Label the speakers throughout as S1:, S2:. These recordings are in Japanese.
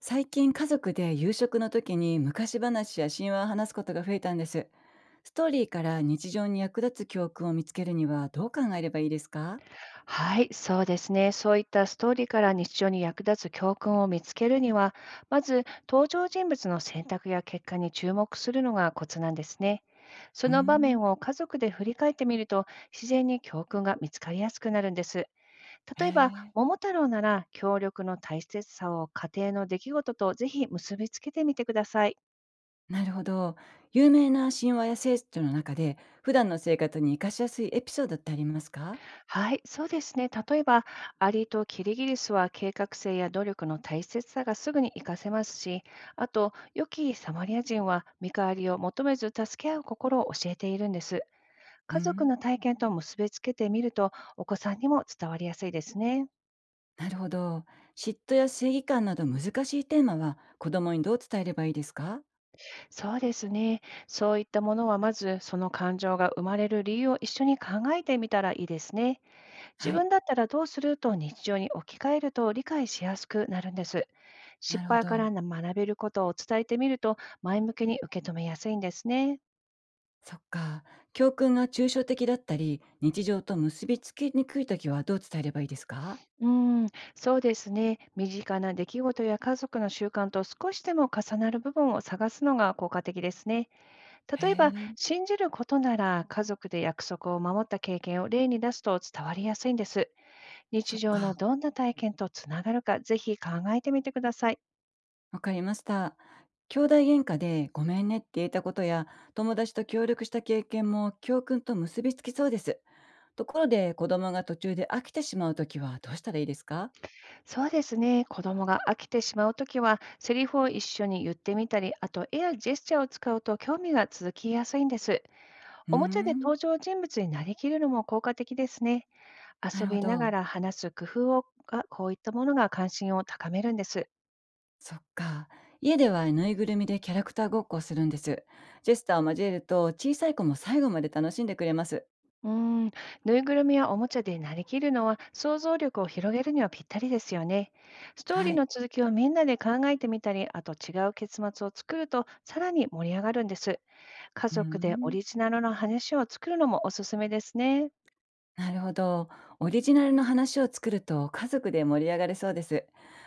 S1: 最近家族で夕食の時に昔話や神話を話すことが増えたんです。ストーリーから日常に役立つ教訓を見つけるにはどう考えればいいですか？
S2: はい、そうですね。そういったストーリーから日常に役立つ教訓を見つけるには、まず登場人物の選択や結果に注目するのがコツなんですね。そ
S1: うー
S2: の場
S1: ん。
S2: 面を家族で振り返ってみると、自然に教訓が見つかりやすくなるんです。
S1: へ
S2: 例えば、
S1: え。
S2: 桃太郎なら協力の大切さを家庭の出来事とぜひ結びつけてみてください。
S1: なるほど。有名な神話や聖書の中で普段の生活に生かしやすいエピソードってありますか？
S2: はい、そうですね。例えば、アリとキリギリスは計画性や努力の大切さがすぐに活かせますし、あと、良きサマリア人は見返りを求めず助け合う心を教えているんです。
S1: うー
S2: 家族
S1: ん。
S2: の体験と結びつけてみると、お子さんにも伝わりやすいですね。
S1: なるほど。嫉妬や正義感など難しいテーマは子供にどう伝えればいいですか？
S2: そうですね。そういったものは、まずその感情が生まれる理由を一緒に考えてみたらいいですね。自
S1: はい。
S2: 分だったらどうすると日常に置き換えると理解しやすくなるんです。
S1: な
S2: 失
S1: るほ
S2: 敗か
S1: ど。
S2: ら学べることを伝えてみると前向きに受け止めやすいんですね。
S1: そっか。教訓が抽象的だったり、日常と結びつきにくいときはどう伝えればいいですか？
S2: うん、そうですね。身近な出来事や家族の習慣と少しでも重なる部分を探すのが効果的ですね。
S1: へ
S2: 例えば、
S1: え、
S2: 信じることなら家族で約束を守った経験を例に出すと伝わりやすいんです。
S1: そ
S2: 日
S1: っ
S2: 常の
S1: か。
S2: どんな体験とつながるか、ぜひ考えてみてください。
S1: わかりました。兄弟喧嘩でごめんねって言えたことや、友達と協力した経験も教訓と結びつきそうです。ところで子供が途中で飽きてしまうときはどうしたらいいですか？
S2: そうですね。子供が飽きてしまうときは、セリフを一緒に言ってみたり、あと絵やジェスチャーを使うと興味が続きやすいんです。
S1: うー
S2: おもちゃで
S1: ん、
S2: 登場人物になりきるのも効果的ですね。
S1: な
S2: 遊
S1: るほ
S2: びなが
S1: ど。
S2: ら話す工夫をが、こういったものが関心を高めるんです。
S1: そっか。家ではぬいぐるみでキャラクターごっこをするんです。ジェスターを交えると小さい子も最後まで楽しんでくれます。
S2: うーん、ぬいぐるみやおもちゃでなりきるのは想像力を広げるにはぴったりですよね。ストーリ
S1: は
S2: ー
S1: い。
S2: の続きをみんなで考えてみたり、あと違う結末を作るとさらに盛り上がるんです。家
S1: うー
S2: 族でオ
S1: ん、
S2: リジナルの話を作るのもおすすめですね。
S1: なるほど。オリジナルの話を作ると家族で盛り上がれそうです。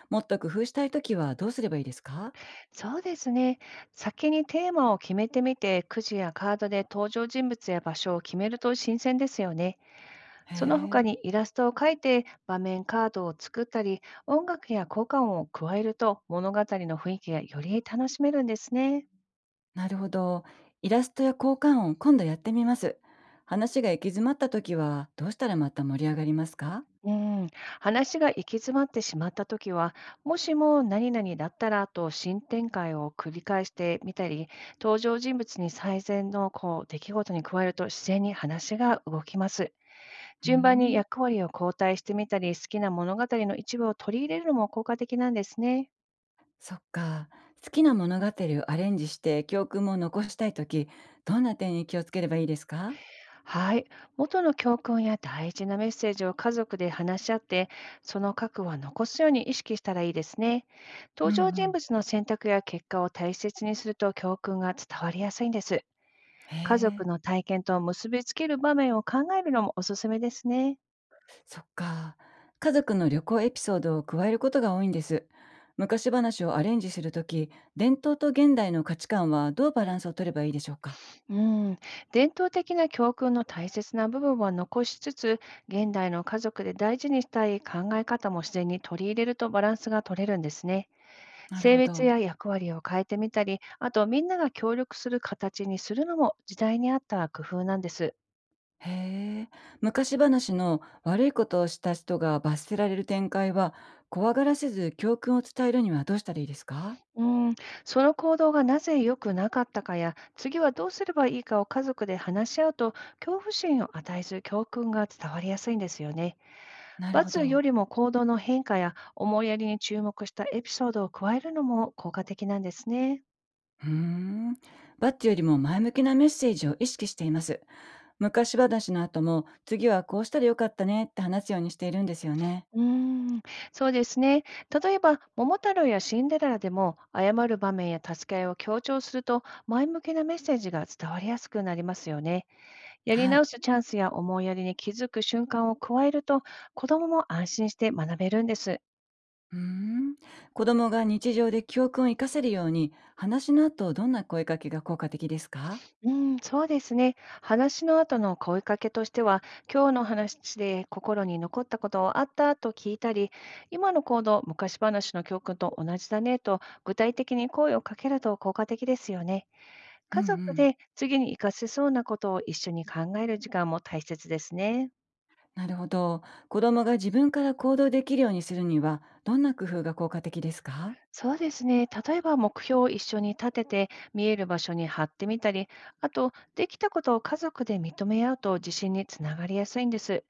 S1: もっと工夫したいときはどうすればいいですか？
S2: そうですね。先にテーマを決めてみて、くじやカードで登場人物や場所を決めると新鮮ですよね。
S1: へ
S2: その他
S1: え、
S2: にイラストを描いて場面カードを作ったり、音楽や効果音を加えると物語の雰囲気がより楽しめるんですね。
S1: なるほど。イラストや交換音、今度やってみます。話が行き詰まったときはどうしたらまた盛り上がりますか？
S2: うん、話が行き詰まってしまったときは、もしも何々だったらと新展開を繰り返してみたり、登場人物に最善のこう出来事に加えると自然に話が動きます。
S1: うー
S2: 順番に
S1: ん、
S2: 役割を交代してみたり、好きな物語の一部を取り入れるのも効果的なんですね。
S1: そっか。好きな物語をアレンジして教訓も残したいとき、どんな点に気をつければいいですか？
S2: はい。元の教訓や大事なメッセージを家族で話し合って、その核は残すように意識したらいいですね。
S1: うん
S2: 登
S1: う
S2: 場人物
S1: ん。
S2: の選択や結果を大切にすると教訓が伝わりやすいんです。
S1: へ
S2: 家族
S1: え。
S2: の体験と結びつける場面を考えるのもおすすめですね。
S1: そっか。家族の旅行エピソードを加えることが多いんです。昔話をアレンジするとき、伝統と現代の価値観はどうバランスを取ればいいでしょうか？
S2: うん。伝統的な教訓の大切な部分は残しつつ、現代の家族で大事にしたい考え方も自然に取り入れるとバランスが取れるんですね。
S1: なる
S2: 性
S1: ほ
S2: 別
S1: ど。
S2: や役割を変えてみたり、あとみんなが協力する形にするのも時代に合った工夫なんです。
S1: へえ。昔話の悪いことをした人が罰せられる展開は、怖がらせず教訓を伝えるにはどうしたらいいですか？
S2: うん、その行動がなぜ良くなかったかや、次はどうすればいいかを家族で話し合うと、恐怖心を与えず教訓が伝わりやすいんですよね。
S1: なるほ
S2: 罰よ
S1: ど。
S2: りも行動の変化や思いやりに注目したエピソードを加えるのも効果的なんですね。
S1: うーん。バッジよりも前向きなメッセージを意識しています。昔話の後も、次はこうしたらよかったねって話すようにしているんですよね。
S2: うーん、そうですね。例えば、桃太郎やシンデレラでも、謝る場面や助け合いを強調すると、前向きなメッセージが伝わりやすくなりますよね。やり
S1: は
S2: 直
S1: い。
S2: すチャンスや思いやりに気づく瞬間を加えると、子どもも安心して学べるんです。
S1: うーん。子供が日常で教訓を活かせるように、話の後、どんな声かけが効果的ですか？
S2: うん、そうですね。話の後の声かけとしては、今日の話で心に残ったことをあったと聞いたり、今の行動、昔話の教訓と同じだねと、具体的に声をかけると効果的ですよね。
S1: うん
S2: 家
S1: う
S2: 族
S1: ん。
S2: で次に活かせそうなことを一緒に考える時間も大切ですね。
S1: なるほど。子供が自分から行動できるようにするには、どんな工夫が効果的ですか？
S2: そうですね。例えば目標を一緒に立てて、見える場所に貼ってみたり、あと、できたことを家族で認め合うと自信につながりやすいんです。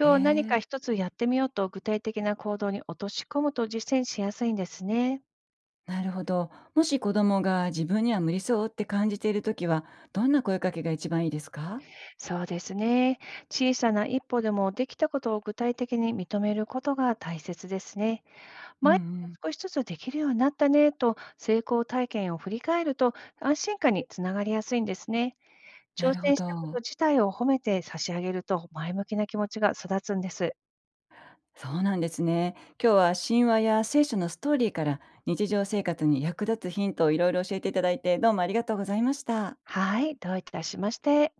S1: へ
S2: 日何か
S1: え。
S2: 一つやってみようと具体的な行動に落とし込むと実践しやすいんですね。
S1: なるほど。もし子供が自分には無理そうって感じているときは、どんな声かけが一番いいですか？
S2: そうですね。小さな一歩でもできたことを具体的に認めることが大切ですね。
S1: うんう
S2: 毎日
S1: ん。
S2: 少しずつできるようになったねと成功体験を振り返ると安心感につながりやすいんですね。
S1: な
S2: 挑
S1: るほ
S2: 戦したこ
S1: ど。
S2: と自体を褒めて差し上げると前向きな気持ちが育つんです。
S1: そうなんですね。今日は神話や聖書のストーリーから日常生活に役立つヒントをいろいろ教えていただいてどうもありがとうございました。
S2: はい、どういたしまして。